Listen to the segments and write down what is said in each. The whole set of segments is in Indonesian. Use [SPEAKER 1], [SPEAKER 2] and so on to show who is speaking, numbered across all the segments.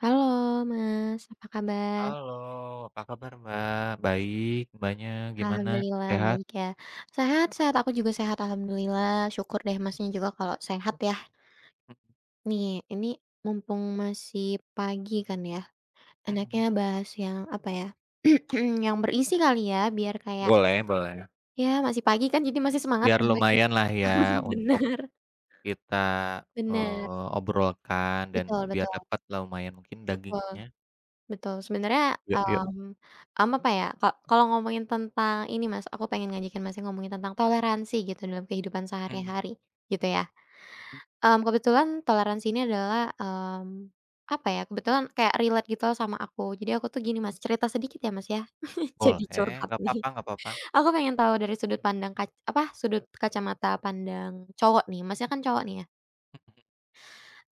[SPEAKER 1] Halo Mas, apa kabar?
[SPEAKER 2] Halo, apa kabar Mbak? Baik, Mbaknya gimana?
[SPEAKER 1] Alhamdulillah
[SPEAKER 2] Sehat?
[SPEAKER 1] baik ya. Sehat sehat, aku juga sehat alhamdulillah, syukur deh Masnya juga kalau sehat ya. Nih, ini mumpung masih pagi kan ya,
[SPEAKER 2] Mhm.
[SPEAKER 1] enaknya bahas yang apa ya, yang berisi kali ya, biar kayak,
[SPEAKER 2] Boleh boleh.
[SPEAKER 1] ya masih pagi kan jadi masih semangat
[SPEAKER 2] Biar
[SPEAKER 1] lah Mas
[SPEAKER 2] lumayan lah ya
[SPEAKER 1] benar-benar,
[SPEAKER 2] untuk kita, obrolkan dan
[SPEAKER 1] betul
[SPEAKER 2] biar
[SPEAKER 1] betul,
[SPEAKER 2] dapatlah lumayan mungkin
[SPEAKER 1] betul.
[SPEAKER 2] dagingnya.
[SPEAKER 1] Betul, sebenarnya,
[SPEAKER 2] Yuk yuk.
[SPEAKER 1] mmm, apa ya, kalau ngomongin tentang ini Mas, aku pengen ngajakin mas ngomongin tentang toleransi gitu dalam kehidupan
[SPEAKER 2] Mhm.
[SPEAKER 1] sehari-hari, gitu ya. Kebetulan toleransi ini adalah, apa ya, kebetulan kayak relate gitu loh sama aku. Jadi aku tuh gini Mas, cerita sedikit ya Mas ya, jadi
[SPEAKER 2] Boleh,
[SPEAKER 1] curhat
[SPEAKER 2] nggak
[SPEAKER 1] nih.
[SPEAKER 2] apa-apa nggak apa-apa.
[SPEAKER 1] Aku pengen tahu dari sudut pandang sudut kacamata pandang cowok nih, Masnya kan cowok nih ya?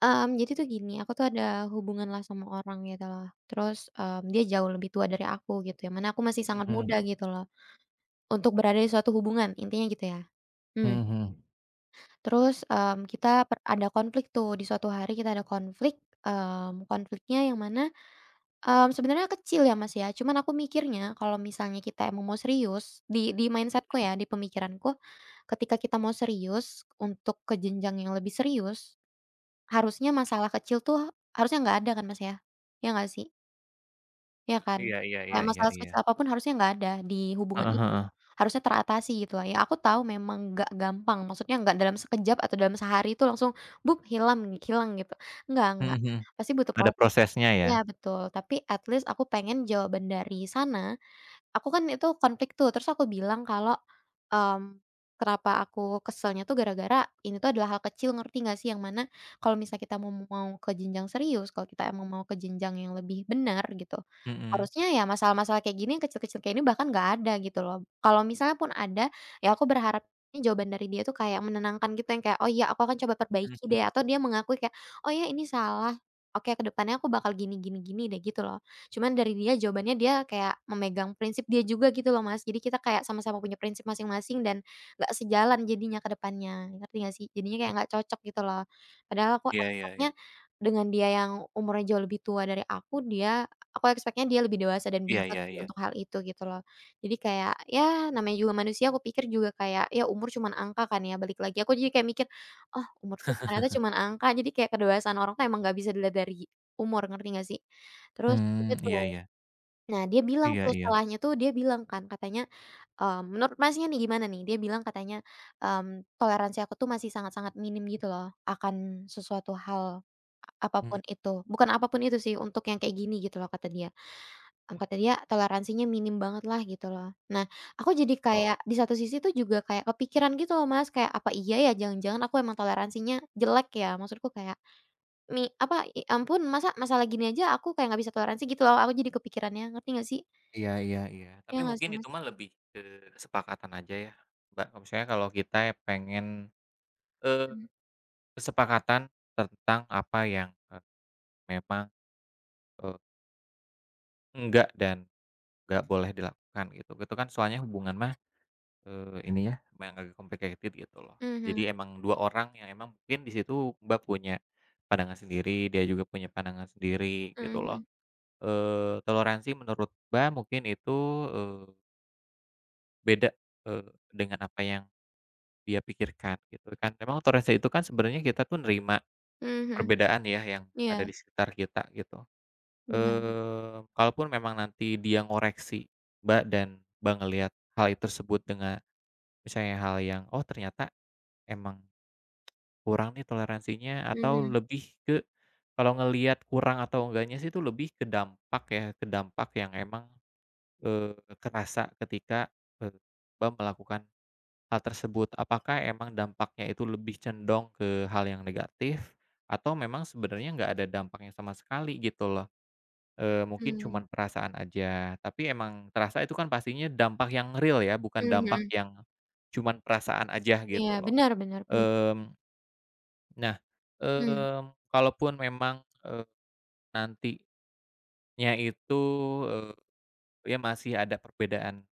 [SPEAKER 1] Jadi tuh gini, aku tuh ada hubungan lah sama orang gitu loh. Terus, dia jauh lebih tua dari aku gitu, yang mana aku masih sangat Mhm,
[SPEAKER 2] Mhm.
[SPEAKER 1] muda gitu loh, untuk berada di suatu hubungan, intinya gitu ya. Mhm,
[SPEAKER 2] Mhm.
[SPEAKER 1] terus, kita ada konflik tuh, di suatu hari kita ada konflik, konfliknya yang mana, sebenarnya kecil ya, Mas, ya, cuman aku mikirnya kalau misalnya kita emang mau serius, di mindset-ku ya, di pemikiranku, ketika kita mau serius untuk ke jenjang yang lebih serius. Harusnya masalah kecil tuh harusnya nggak ada kan Mas ya? Ya nggak sih? Ya kan?
[SPEAKER 2] Iya iya iya
[SPEAKER 1] Kayak
[SPEAKER 2] iya
[SPEAKER 1] masalah
[SPEAKER 2] iya.
[SPEAKER 1] sekecil apa pun harusnya nggak ada di hubungan
[SPEAKER 2] Heeh
[SPEAKER 1] itu,
[SPEAKER 2] heeh.
[SPEAKER 1] harusnya teratasi gitu lah ya. Aku tahu memang nggak gampang, maksudnya nggak dalam sekejap atau dalam sehari itu langsung "bup" hilang hilang gitu,
[SPEAKER 2] Mhm
[SPEAKER 1] nggak,
[SPEAKER 2] mhm.
[SPEAKER 1] pasti butuh
[SPEAKER 2] Ada
[SPEAKER 1] proses Kak.
[SPEAKER 2] prosesnya ya?
[SPEAKER 1] Iya betul, tapi at least aku pengen jawaban dari sana. Aku kan itu konflik tuh, terus aku bilang kalau, mmm, kenapa aku keselnya tuh gara-gara ini tuh adalah hal kecil ngerti nggak sih? Yang mana kalau misal kita mau mau ke jenjang serius, kalau kita emang mau ke jenjang yang lebih benar gitu,
[SPEAKER 2] Mhm.
[SPEAKER 1] harusnya ya masalah-masalah kayak gini, yang kecil-kecil kayak ini bahkan nggak ada gitu loh. Kalau misalnya pun ada, ya aku berharapnya jawaban dari dia tuh kayak menenangkan gitu yang kayak, "Oh iya aku akan coba
[SPEAKER 2] Mhm
[SPEAKER 1] perbaiki
[SPEAKER 2] mhm.
[SPEAKER 1] deh," atau dia mengakui kayak, "Oh ya ini salah, oke kedepannya aku bakal gini gini gini deh," gitu loh. Cuman dari dia jawabannya dia kayak memegang prinsip dia juga gitu loh, Mas. Jadi kita kayak sama-sama punya prinsip masing-masing dan nggak sejalan jadinya ke depannya, ngerti nggak sih? Jadinya kayak nggak cocok gitu loh. Padahal aku
[SPEAKER 2] Iya iya
[SPEAKER 1] expect-nya
[SPEAKER 2] iya.
[SPEAKER 1] dengan dia yang umurnya jauh lebih tua dari aku, aku expect-nya dia lebih dewasa dan
[SPEAKER 2] Iya
[SPEAKER 1] bijak
[SPEAKER 2] iya
[SPEAKER 1] sih
[SPEAKER 2] iya.
[SPEAKER 1] untuk hal itu gitu loh. Jadi kayak ya namanya juga manusia aku pikir juga kayak ya umur cuman angka kan ya, balik lagi aku jadi kayak mikir, "Oh, umur tuh ternyata cuman angka." Jadi kayak kedewasaan orang tuh emang nggak bisa dilihat dari umur, ngerti nggak sih? Terus
[SPEAKER 2] Mmm,
[SPEAKER 1] udah tuh,
[SPEAKER 2] iya iya.
[SPEAKER 1] nah dia bilang
[SPEAKER 2] Iya
[SPEAKER 1] tuh
[SPEAKER 2] iya.
[SPEAKER 1] setelahnya tuh dia bilang kan katanya, menurut Masnya nih gimana nih? Dia bilang katanya, "Toleransi aku tuh masih sangat-sangat minim gitu loh akan sesuatu hal,
[SPEAKER 2] Mmm.
[SPEAKER 1] apapun itu." Bukan apapun itu sih, untuk yang kayak gini gitu loh kata dia. Kata dia, "Toleransinya minim banget lah," gitu loh. Nah, aku jadi
[SPEAKER 2] Oh.
[SPEAKER 1] kayak di satu sisi tuh juga kayak kepikiran gitu loh Mas, kayak, "Apa iya ya jangan-jangan aku emang toleransinya jelek ya?" Maksudku kayak apa, ya ampun masa masalah gini aja aku kayak nggak bisa toleransi gitu loh, aku jadi kepikirannya, ngerti nggak sih?
[SPEAKER 2] Iya iya iya,
[SPEAKER 1] Iya
[SPEAKER 2] tapi
[SPEAKER 1] nggak
[SPEAKER 2] mungkin
[SPEAKER 1] sih,
[SPEAKER 2] itu
[SPEAKER 1] Mas?
[SPEAKER 2] mah lebih ke kesepakatan aja ya, Mbak, kalau misalnya kalau kita ya pengen, eee,
[SPEAKER 1] Mmm,
[SPEAKER 2] kesepakatan tentang apa yang, memang, eee, enggak dan enggak boleh dilakukan gitu, itu kan soalnya hubungan mah, ini ya memang agak complicated gitu loh.
[SPEAKER 1] mhm
[SPEAKER 2] Jadi emang 2 orang yang emang mungkin di situ Mbak punya pandangan sendiri, dia juga punya pandangan sendiri gitu loh,
[SPEAKER 1] mhm
[SPEAKER 2] toleransi menurut Mbak mungkin itu, eee, beda, eee, dengan apa yang dia pikirkan gitu kan. Memang toleransi itu kan sebenarnya kita tuh nerima
[SPEAKER 1] mhm mhm,
[SPEAKER 2] perbedaan ya yang
[SPEAKER 1] iya
[SPEAKER 2] ada di sekitar kita gitu.
[SPEAKER 1] benar,
[SPEAKER 2] Kalaupun memang nanti dia ngoreksi Mbak dan bang ngelihat hal itu tersebut dengan misalnya hal yang, "Oh ternyata emang kurang nih toleransinya," atau
[SPEAKER 1] mhm
[SPEAKER 2] lebih ke kalau ngelihat kurang atau enggaknya sih itu lebih ke dampak ya, ke dampak yang emang, kerasa ketika, eee, Mbak melakukan hal tersebut, apakah emang dampaknya itu lebih condong ke hal yang negatif atau memang sebenarnya nggak ada dampaknya sama sekali gitu loh? Mungkin
[SPEAKER 1] mhm
[SPEAKER 2] cuman perasaan aja, tapi emang terasa itu kan pastinya dampak yang real ya, bukan dampak
[SPEAKER 1] mhm,
[SPEAKER 2] yang cuman perasaan aja
[SPEAKER 1] iya
[SPEAKER 2] gitu loh.
[SPEAKER 1] benar benar benar,
[SPEAKER 2] Mmm, nah,
[SPEAKER 1] mmm,
[SPEAKER 2] kalaupun memang, nantinya itu, eee, ya masih ada perbedaan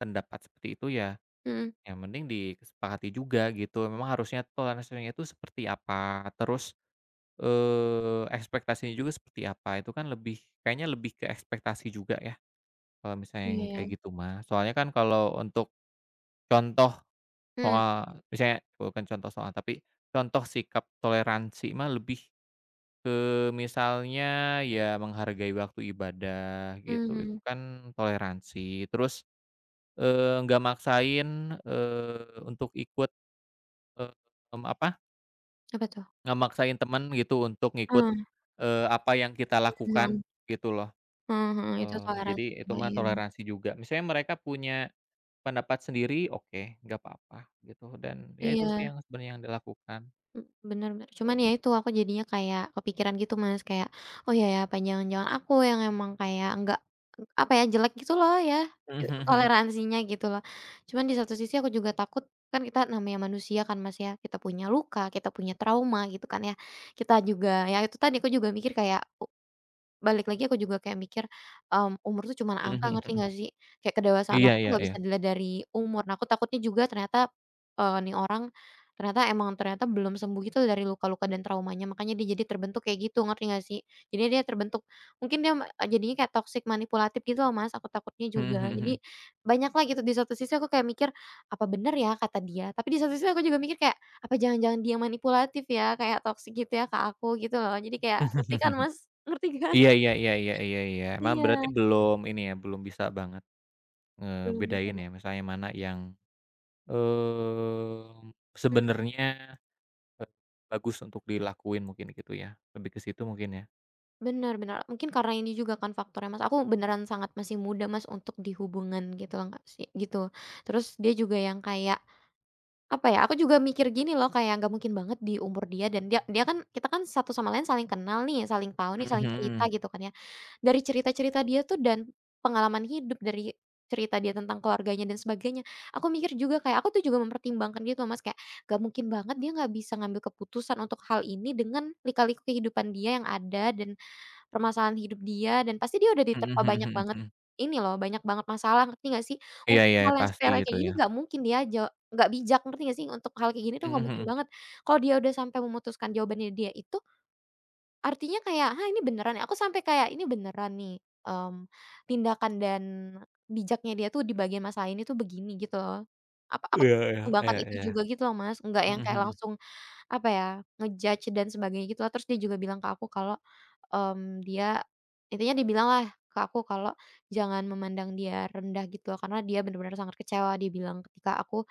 [SPEAKER 2] pendapat seperti itu ya,
[SPEAKER 1] mhm,
[SPEAKER 2] yang penting disepakati juga gitu, memang harusnya toleransinya itu seperti apa, terus, ekspektasinya juga seperti apa, itu kan lebih kayaknya lebih ke ekspektasi juga ya, kalau misalnya yang
[SPEAKER 1] iya ya,
[SPEAKER 2] kayak gitu mah. Soalnya kan kalau untuk contoh
[SPEAKER 1] mhm
[SPEAKER 2] soal misalnya bukan contoh soal, tapi contoh sikap toleransi mah lebih ke misalnya ya menghargai waktu ibadah gitu, itu
[SPEAKER 1] mhm,
[SPEAKER 2] kan toleransi. Terus, nggak maksain, untuk ikut, apa
[SPEAKER 1] apa tuh?
[SPEAKER 2] nggak maksain temen gitu untuk ngikut,
[SPEAKER 1] Mmm,
[SPEAKER 2] apa yang kita
[SPEAKER 1] mhm
[SPEAKER 2] lakukan gitu loh,
[SPEAKER 1] mhm mhm, itu
[SPEAKER 2] jadi
[SPEAKER 1] toleransi
[SPEAKER 2] itu
[SPEAKER 1] juga,
[SPEAKER 2] mah
[SPEAKER 1] iya bener,
[SPEAKER 2] toleransi juga. Misalnya mereka punya pendapat sendiri, oke, nggak apa-apa gitu dan ya itu sih
[SPEAKER 1] iya.
[SPEAKER 2] yang sebenarnya yang dilakukan
[SPEAKER 1] Mhm, bener bener.
[SPEAKER 2] gitu
[SPEAKER 1] Cuman
[SPEAKER 2] loh.
[SPEAKER 1] ya itu aku jadinya kayak kepikiran gitu Mas, kayak, "Oh ya ya, apa jangan-jangan aku yang emang kayak enggak, apa ya, jelek gitu loh ya,
[SPEAKER 2] Mhm mhm
[SPEAKER 1] toleransinya," gitu loh. Cuman di satu sisi aku juga takut, kan kita namanya manusia kan Mas ya, kita punya luka, kita punya trauma gitu kan ya. Kita juga ya itu tadi, aku juga mikir kayak balik lagi aku juga kayak mikir, umur tuh cuman
[SPEAKER 2] mhm, mhm
[SPEAKER 1] angka
[SPEAKER 2] mhm
[SPEAKER 1] ngerti
[SPEAKER 2] mhm.
[SPEAKER 1] nggak sih? Kayak kedewasaan
[SPEAKER 2] Iya
[SPEAKER 1] orang tuh
[SPEAKER 2] iya
[SPEAKER 1] nggak
[SPEAKER 2] iya.
[SPEAKER 1] bisa dilihat dari umur. Nah, aku takutnya juga ternyata, nih orang ternyata emang ternyata belum sembuh gitu dari luka-luka dan traumanya, makanya dia jadi terbentuk kayak gitu, ngerti nggak sih? Jadi dia terbentuk mungkin dia jadinya kayak toxic manipulatif gitu loh, Mas, aku takutnya
[SPEAKER 2] Mhm
[SPEAKER 1] juga.
[SPEAKER 2] mhm
[SPEAKER 1] Jadi
[SPEAKER 2] mhm.
[SPEAKER 1] banyak lah gitu, di satu sisi aku kayak mikir, "Apa bener ya kata dia?" Tapi di satu sisi aku juga mikir kayak, "Apa jangan-jangan dia manipulatif ya, kayak toxic gitu ya ke aku?" Gitu loh. Jadi kayak ngerti kan, Mas? Ngerti kan?
[SPEAKER 2] Iya iya iya iya iya iya. Emang
[SPEAKER 1] Iya,
[SPEAKER 2] berarti belum ini ya, belum bisa banget
[SPEAKER 1] belum
[SPEAKER 2] ngebedain
[SPEAKER 1] dicoba.
[SPEAKER 2] ya misalnya mana yang, mmm,
[SPEAKER 1] Mmm,
[SPEAKER 2] sebenarnya Eee, bagus untuk dilakuin mungkin gitu ya, lebih ke situ mungkin ya?
[SPEAKER 1] bener bener, mungkin karena ini juga kan faktornya, Mas, aku beneran sangat masih muda, Mas, untuk di hubungan gitu nggak sih gitu. Terus dia juga yang kayak, apa ya, aku juga mikir gini loh, kayak nggak mungkin banget di umur dia dan dia dia kan kita kan satu sama lain saling kenal nih, saling tahu nih, saling
[SPEAKER 2] Mhm
[SPEAKER 1] cerita
[SPEAKER 2] mhm.
[SPEAKER 1] gitu kan ya. Dari cerita-cerita dia tuh dan pengalaman hidup, dari cerita dia tentang keluarganya dan sebagainya, aku mikir juga kayak aku tuh juga mempertimbangkan gitu loh Mas, kayak gak mungkin banget dia nggak bisa ngambil keputusan untuk hal ini dengan lika-liku kehidupan dia yang ada dan permasalahan hidup dia dan pasti dia udah
[SPEAKER 2] Mhm
[SPEAKER 1] diterpa
[SPEAKER 2] mhm
[SPEAKER 1] banyak
[SPEAKER 2] mhm
[SPEAKER 1] banget
[SPEAKER 2] mhm.
[SPEAKER 1] ini loh, banyak banget masalah ngerti nggak sih?
[SPEAKER 2] Iya
[SPEAKER 1] Untuk
[SPEAKER 2] iya,
[SPEAKER 1] hal yang
[SPEAKER 2] pasti
[SPEAKER 1] sepele kayak
[SPEAKER 2] gitu
[SPEAKER 1] gini
[SPEAKER 2] ya.
[SPEAKER 1] nggak mungkin dia nggak bijak ngerti nggak sih? Untuk hal kayak gini tuh
[SPEAKER 2] Mhm
[SPEAKER 1] nggak mungkin
[SPEAKER 2] mhm.
[SPEAKER 1] banget. Kalau dia udah sampai memutuskan jawabannya dia itu artinya kayak, "Hah, ini beneran ya?" Aku sampai kayak, "Ini beneran nih, mmm, tindakan dan bijaknya dia tuh di bagian masalah ini tuh begini," gitu loh. Apa aku tuh
[SPEAKER 2] Iya iya
[SPEAKER 1] mempertimbangkan
[SPEAKER 2] iya
[SPEAKER 1] itu
[SPEAKER 2] iya.
[SPEAKER 1] juga gitu loh, Mas, nggak yang
[SPEAKER 2] Mhm
[SPEAKER 1] kayak
[SPEAKER 2] mhm.
[SPEAKER 1] langsung, apa ya, nge-judge dan sebagainya gitu loh. Terus dia juga bilang ke aku kalau, dia intinya dia bilang lah ke aku kalau jangan memandang dia rendah gitu loh, karena dia bener-bener sangat kecewa, dia bilang ketika aku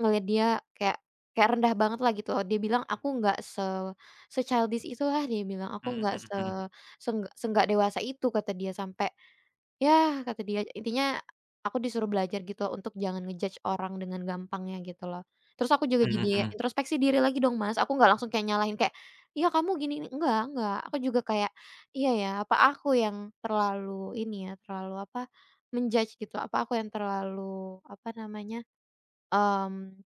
[SPEAKER 1] ngelihat dia kayak kayak rendah banget lah gitu. Dia bilang, "Aku nggak se-childish itulah," dia bilang, "aku
[SPEAKER 2] Mhm
[SPEAKER 1] nggak
[SPEAKER 2] mhm
[SPEAKER 1] se
[SPEAKER 2] mhm.
[SPEAKER 1] sengga senggak dewasa itu," kata dia, sampai ya kata dia, intinya aku disuruh belajar gitu loh, untuk jangan ngejudge orang dengan gampangnya gitu loh. Terus aku juga
[SPEAKER 2] Mhm
[SPEAKER 1] jadi
[SPEAKER 2] mhm.
[SPEAKER 1] introspeksi diri lagi dong, Mas. Aku nggak langsung kayak nyalahin kayak, "Iya kamu gini," enggak enggak. Aku juga kayak, "Iya ya, apa aku yang terlalu ini ya, terlalu apa, menjudge gitu, apa aku yang terlalu apa namanya, mmm"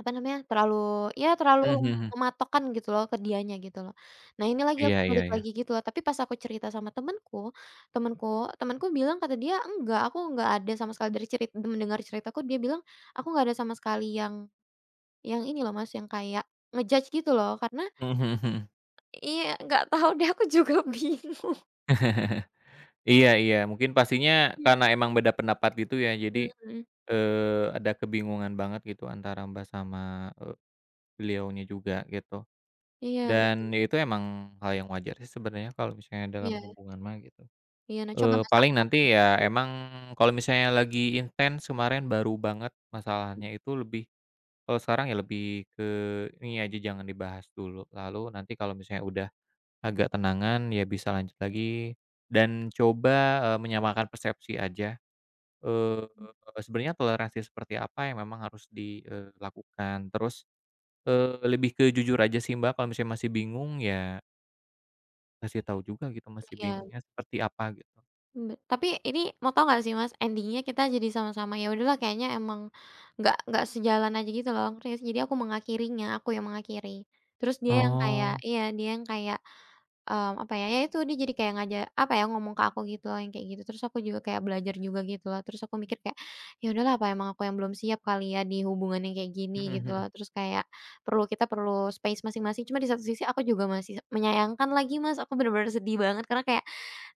[SPEAKER 1] Apa namanya, terlalu ya terlalu
[SPEAKER 2] Mhm mhm.
[SPEAKER 1] mematokkan gitu loh ke dianya gitu loh. Nah ini lagi aku
[SPEAKER 2] Iya iya
[SPEAKER 1] balik
[SPEAKER 2] iya.
[SPEAKER 1] lagi gitu loh, tapi pas aku cerita sama temenku, temenku temenku bilang kata dia, "Enggak, aku enggak ada sama sekali dari cerita mendengar ceritaku," dia bilang, "Aku enggak ada sama sekali yang ini loh Mas, yang kayak ngejudge judge gitu loh," karena
[SPEAKER 2] Mhm mhm mhm.
[SPEAKER 1] iya nggak tahu deh aku juga bingung.
[SPEAKER 2] Iya iya, mungkin pastinya karena emang beda pendapat gitu ya, jadi,
[SPEAKER 1] Mhm,
[SPEAKER 2] ada kebingungan banget gitu antara Mbak sama, beliaunya juga gitu.
[SPEAKER 1] iya,
[SPEAKER 2] Dan ya itu emang hal yang wajar sih sebenarnya kalau misalnya dalam
[SPEAKER 1] iya
[SPEAKER 2] hubungan mah gitu.
[SPEAKER 1] iya. Nah coba Mas, aku
[SPEAKER 2] Paling
[SPEAKER 1] mau tanya.
[SPEAKER 2] nanti ya emang kalau misalnya lagi intens kemarin baru banget masalahnya itu lebih kalau sekarang ya lebih ke ini aja jangan dibahas dulu, lalu nanti kalau misalnya udah agak tenangan ya bisa lanjut lagi dan coba, menyamakan persepsi aja,
[SPEAKER 1] Mhm,
[SPEAKER 2] sebenarnya toleransi seperti apa yang memang harus di, lakukan. Terus, lebih ke jujur aja sih, Mbak, kalau misalnya masih bingung ya kasih tahu juga gitu masih
[SPEAKER 1] iya.
[SPEAKER 2] bingungnya seperti apa gitu.
[SPEAKER 1] Tapi ini mau tau nggak sih Mas, endingnya kita jadi sama-sama, ya udahlah kayaknya emang nggak sejalan aja gitu loh, ngerti nggak sih? Jadi aku mengakhirinya, aku yang mengakhiri. Terus dia yang kayak
[SPEAKER 2] Oh,
[SPEAKER 1] iya, dia yang kayak, apa ya, ya itu dia jadi kayak ngajak apa ya, ngomong ke aku gitu loh, yang kayak gitu. Terus aku juga kayak belajar juga gitu loh. Terus aku mikir kayak, ya udahlah apa emang aku yang belum siap kali ya di hubungan yang kayak gini gitu
[SPEAKER 2] mhm
[SPEAKER 1] loh. Terus kayak kita perlu space masing-masing. Cuma di satu sisi aku juga masih menyayangkan lagi Mas, aku bener-bener sedih banget karena kayak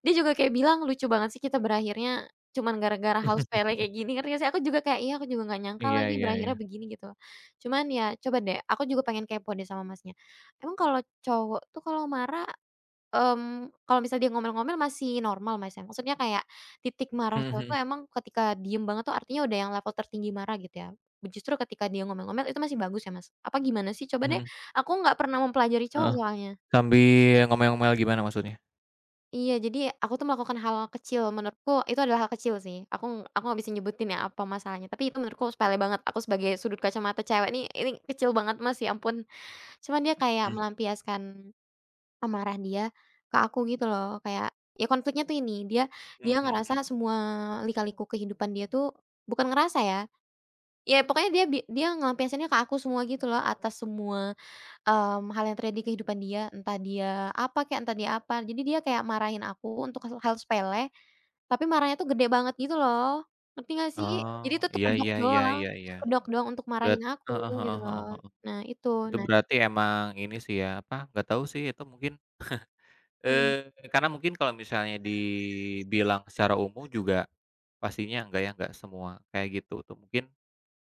[SPEAKER 1] dia juga kayak bilang, "Lucu banget sih kita berakhirnya cuman gara-gara hal
[SPEAKER 2] mhm.
[SPEAKER 1] sepele kayak gini," ngerti gak sih? Aku juga kayak, "Iya, aku juga nggak nyangka
[SPEAKER 2] Iya
[SPEAKER 1] lagi
[SPEAKER 2] iya iya.
[SPEAKER 1] berakhirnya begini," gitu. Cuman ya coba deh, aku juga pengen kepo deh sama Masnya. Emang kalau cowok tuh kalau marah, kalau misal dia ngomel-ngomel masih normal, Mas, ya? Maksudnya kayak titik marah
[SPEAKER 2] Mhm
[SPEAKER 1] cowok tuh
[SPEAKER 2] mhm
[SPEAKER 1] emang ketika diem banget tuh artinya udah yang level tertinggi marah gitu ya? Justru ketika dia ngomel-ngomel itu masih bagus ya, Mas? Apa gimana sih? Coba deh,
[SPEAKER 2] mhm.
[SPEAKER 1] aku nggak pernah mempelajari cowok
[SPEAKER 2] Heeh,
[SPEAKER 1] soalnya.
[SPEAKER 2] sambil ngomel-ngomel gimana maksudnya?
[SPEAKER 1] Iya, jadi aku tuh melakukan hal kecil, menurutku itu adalah hal kecil sih. Aku nggak bisa nyebutin ya apa masalahnya, tapi itu menurutku sepele banget. Aku sebagai sudut kacamata cewek nih, ini kecil banget, Mas, ya ampun. Cuman dia kayak
[SPEAKER 2] Mhm,
[SPEAKER 1] melampiaskan amarah dia ke aku gitu loh. Kayak ya konfliknya tuh ini, dia dia
[SPEAKER 2] mhm mhm.
[SPEAKER 1] ngerasa semua lika-liku kehidupan dia tuh bukan ngerasa ya. Ya pokoknya dia ngelampiasinnya ke aku semua gitu loh atas semua hal yang terjadi di kehidupan dia, entah dia apa kek, entah dia apa. Jadi dia kayak marahin aku untuk hal hal sepele, tapi marahnya tuh gede banget gitu loh, ngerti nggak sih?
[SPEAKER 2] Oh,
[SPEAKER 1] Jadi itu tuh
[SPEAKER 2] iya iya iya iya iya.
[SPEAKER 1] kedok doang untuk
[SPEAKER 2] Berat
[SPEAKER 1] marahin aku
[SPEAKER 2] heeh
[SPEAKER 1] gitu
[SPEAKER 2] heeh
[SPEAKER 1] loh.
[SPEAKER 2] heeh heeh.
[SPEAKER 1] Nah itu,
[SPEAKER 2] Itu
[SPEAKER 1] nah
[SPEAKER 2] berarti emang ini sih ya, apa, nggak tahu sih itu mungkin,
[SPEAKER 1] mhm,
[SPEAKER 2] karena mungkin kalau misalnya dibilang secara umum juga pastinya enggak ya, enggak semua kayak gitu tuh. Mungkin,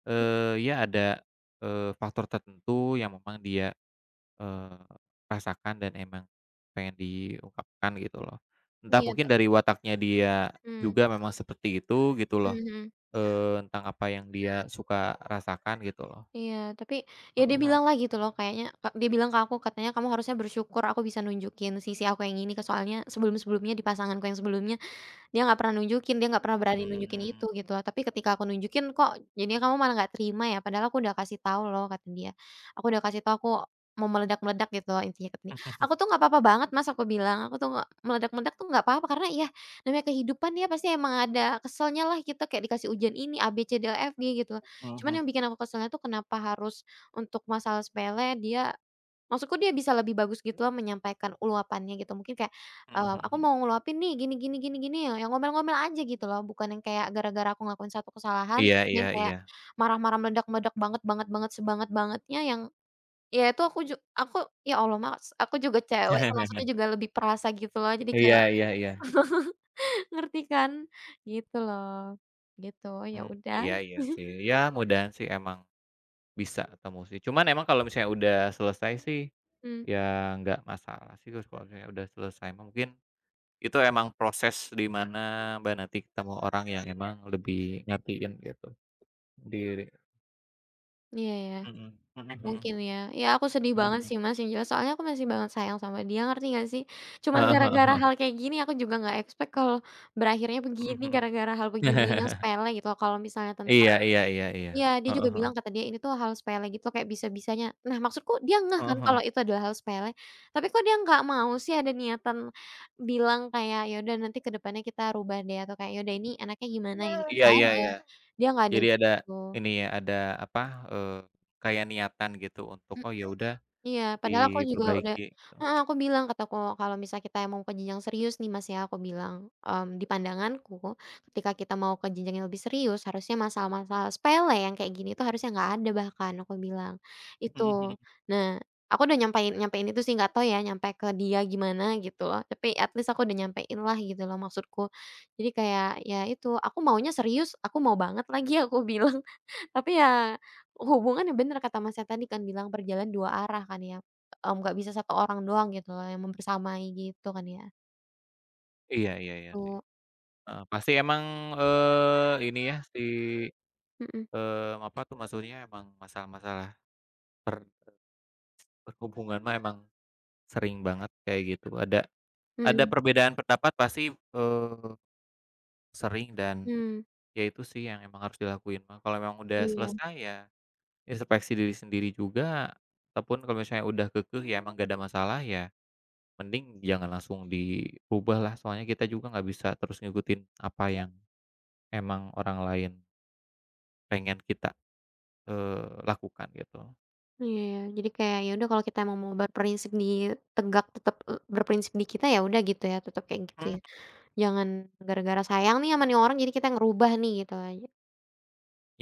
[SPEAKER 2] eee, ya ada, faktor tertentu yang memang dia Eee, rasakan dan emang pengen diungkapkan gitu loh. Entah
[SPEAKER 1] iya ta
[SPEAKER 2] mungkin dari wataknya dia
[SPEAKER 1] mhm,
[SPEAKER 2] juga memang seperti itu gitu
[SPEAKER 1] mhm
[SPEAKER 2] loh.
[SPEAKER 1] mhm,
[SPEAKER 2] Iya. Tentang apa yang dia suka rasakan gitu loh.
[SPEAKER 1] iya, tapi ya dia
[SPEAKER 2] Heeh heeh.
[SPEAKER 1] bilang lah gitu loh kayaknya ka dia bilang ke aku katanya, "Kamu harusnya bersyukur aku bisa nunjukin sisi aku yang ini ke soalnya sebelum-sebelumnya di pasanganku yang sebelumnya." Dia nggak pernah nunjukin, dia nggak pernah berani nunjukin itu
[SPEAKER 2] Mmm.
[SPEAKER 1] gitu, tapi ketika aku nunjukin, "Kok jadinya kamu malah nggak terima ya? Padahal aku udah kasih tahu loh," kata dia. "Aku udah kasih tahu, aku mau meledak-meledak," gitu loh intinya kata dia. "Aku tuh nggak apa-apa banget Mas," aku bilang, "aku tuh nggak meledak-meledak tuh nggak apa-apa, karena ya namanya kehidupan ya pasti emang ada keselnya lah gitu, kayak dikasih ujian ini, A, B, C, D, E, F, G gitu. Cuman
[SPEAKER 2] Mhm.
[SPEAKER 1] yang bikin aku keselnya tuh kenapa harus untuk masalah sepele dia. Maksudku dia bisa lebih bagus gitu loh menyampaikan uluapannya gitu mungkin kayak,
[SPEAKER 2] Mhm
[SPEAKER 1] Aku
[SPEAKER 2] mhm.
[SPEAKER 1] mau ngeluapin nih gini gini gini gini, ya, yang ngomel-ngomel aja gitu loh bukan yang kayak gara-gara aku ngelakuin satu kesalahan
[SPEAKER 2] Iya
[SPEAKER 1] terus dia
[SPEAKER 2] iya
[SPEAKER 1] kayak
[SPEAKER 2] iya.
[SPEAKER 1] marah-marah meledak-meledak banget banget banget sebanget-bangetnya yang ya itu aku ju aku ya Allah mas aku juga cewek kan maksudnya juga lebih perasa gitu loh jadi
[SPEAKER 2] Iya
[SPEAKER 1] kayak
[SPEAKER 2] iya iya.
[SPEAKER 1] ngerti kan? Gitu loh, gitu ya
[SPEAKER 2] Mmm,
[SPEAKER 1] udah,
[SPEAKER 2] iya iya sih. Ya mudahan sih emang bisa ketemu sih. Cuman emang kalau misalnya udah selesai sih,
[SPEAKER 1] mmm,
[SPEAKER 2] ya nggak masalah sih terus kalau misalnya udah selesai mungkin itu emang proses di mana Mbak nanti ketemu orang yang emang lebih ngertiin gitu, diri.
[SPEAKER 1] iya ya.
[SPEAKER 2] Mhm mhm mhm
[SPEAKER 1] Mungkin ya. Ya aku sedih
[SPEAKER 2] mhm
[SPEAKER 1] banget
[SPEAKER 2] mhm.
[SPEAKER 1] sih Mas yang jelas, soalnya aku masih banget sayang sama dia ngerti nggak sih? Cuman
[SPEAKER 2] Heeh heeh
[SPEAKER 1] gara-gara
[SPEAKER 2] heeh.
[SPEAKER 1] hal kayak gini aku juga nggak expect kalau berakhirnya
[SPEAKER 2] Mhm
[SPEAKER 1] begini
[SPEAKER 2] mhm.
[SPEAKER 1] gara-gara hal beginian yang sepele gitu loh, kalau misalnya tentang
[SPEAKER 2] Iya iya iya iya.
[SPEAKER 1] iya dia juga
[SPEAKER 2] Heeh heeh.
[SPEAKER 1] bilang kata dia, "Ini tuh hal sepele gitu loh kayak bisa-bisanya." Nah maksudku dia ngeh
[SPEAKER 2] Heeh
[SPEAKER 1] kan
[SPEAKER 2] heeh.
[SPEAKER 1] kalau itu adalah hal sepele, tapi kok dia nggak mau sih ada niatan bilang kayak, "Ya udah nanti ke depannya kita rubah deh," atau kayak, "Ya udah ini anaknya gimana ya?" Gitu,
[SPEAKER 2] Iya
[SPEAKER 1] nggak
[SPEAKER 2] iya
[SPEAKER 1] ada.
[SPEAKER 2] iya.
[SPEAKER 1] Dia nggak ada
[SPEAKER 2] Jadi
[SPEAKER 1] yang
[SPEAKER 2] ada
[SPEAKER 1] gitu.
[SPEAKER 2] ini ya, ada apa, eee, kayak niatan gitu untuk, "Oh ya udah
[SPEAKER 1] Iya, padahal aku juga udah
[SPEAKER 2] diperbaiki," gitu.
[SPEAKER 1] heeh, aku bilang kataku, "Kalau misal kita mau ke jenjang serius nih Mas ya," aku bilang, "di pandanganku ketika kita mau ke jenjang yang lebih serius harusnya masalah-masalah sepele yang kayak gini tuh harusnya nggak ada bahkan," aku bilang,
[SPEAKER 2] Mhm mhm.
[SPEAKER 1] itu. Nah, aku udah nyampein nyampein itu sih nggak tahu ya nyampe ke dia gimana gitu loh, tapi at least aku udah nyampein lah gitu loh maksudku. Jadi kayak, ya itu, "Aku maunya serius, aku mau banget lagi," aku bilang. Tapi ya, hubungan ya bener kata Masnya tadi kan bilang berjalan dua arah kan ya, mmm, nggak bisa satu orang doang gitu loh yang membersamai gitu kan ya.
[SPEAKER 2] Iya iya iya sih.
[SPEAKER 1] Tuh,
[SPEAKER 2] Heeh, pasti emang, ini ya si,
[SPEAKER 1] mhm
[SPEAKER 2] apa tuh maksudnya emang masalah-masalah per berhubungan mah emang sering banget kayak gitu. Ada
[SPEAKER 1] mhm,
[SPEAKER 2] perbedaan pendapat pasti, eee, sering dan
[SPEAKER 1] mmm,
[SPEAKER 2] ya itu sih yang emang harus dilakuin mah. Kalau memang udah
[SPEAKER 1] iya
[SPEAKER 2] selesai ya introspeksi diri sendiri juga, ataupun kalau misalnya udah kekeh ya emang gak ada masalah ya mending jangan langsung dirubah lah, soalnya kita juga nggak bisa terus ngikutin apa yang emang orang lain pengen kita, lakukan gitu.
[SPEAKER 1] iya ya. Jadi kayak ya udah kalau kita emang mau berprinsip di tegak tetap, berprinsip di kita ya udah gitu ya, tetap kayak gitu ya.
[SPEAKER 2] Mhm,
[SPEAKER 1] Jangan gara-gara sayang nih sama nih orang jadi kita ngerubah nih gitu aja.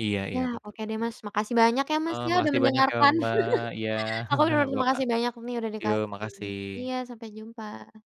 [SPEAKER 2] iya iya,
[SPEAKER 1] Ya
[SPEAKER 2] betul
[SPEAKER 1] oke deh
[SPEAKER 2] betul.
[SPEAKER 1] Mas, makasih banyak ya Mas ya udah
[SPEAKER 2] Makasih banyak ya
[SPEAKER 1] mendengarkan.
[SPEAKER 2] Mbak, iya,
[SPEAKER 1] Aku bener-bener terima
[SPEAKER 2] Bapak.
[SPEAKER 1] kasih banyak nih udah
[SPEAKER 2] Yuk,
[SPEAKER 1] dikasih ini.
[SPEAKER 2] makasih.
[SPEAKER 1] Iya sampai jumpa.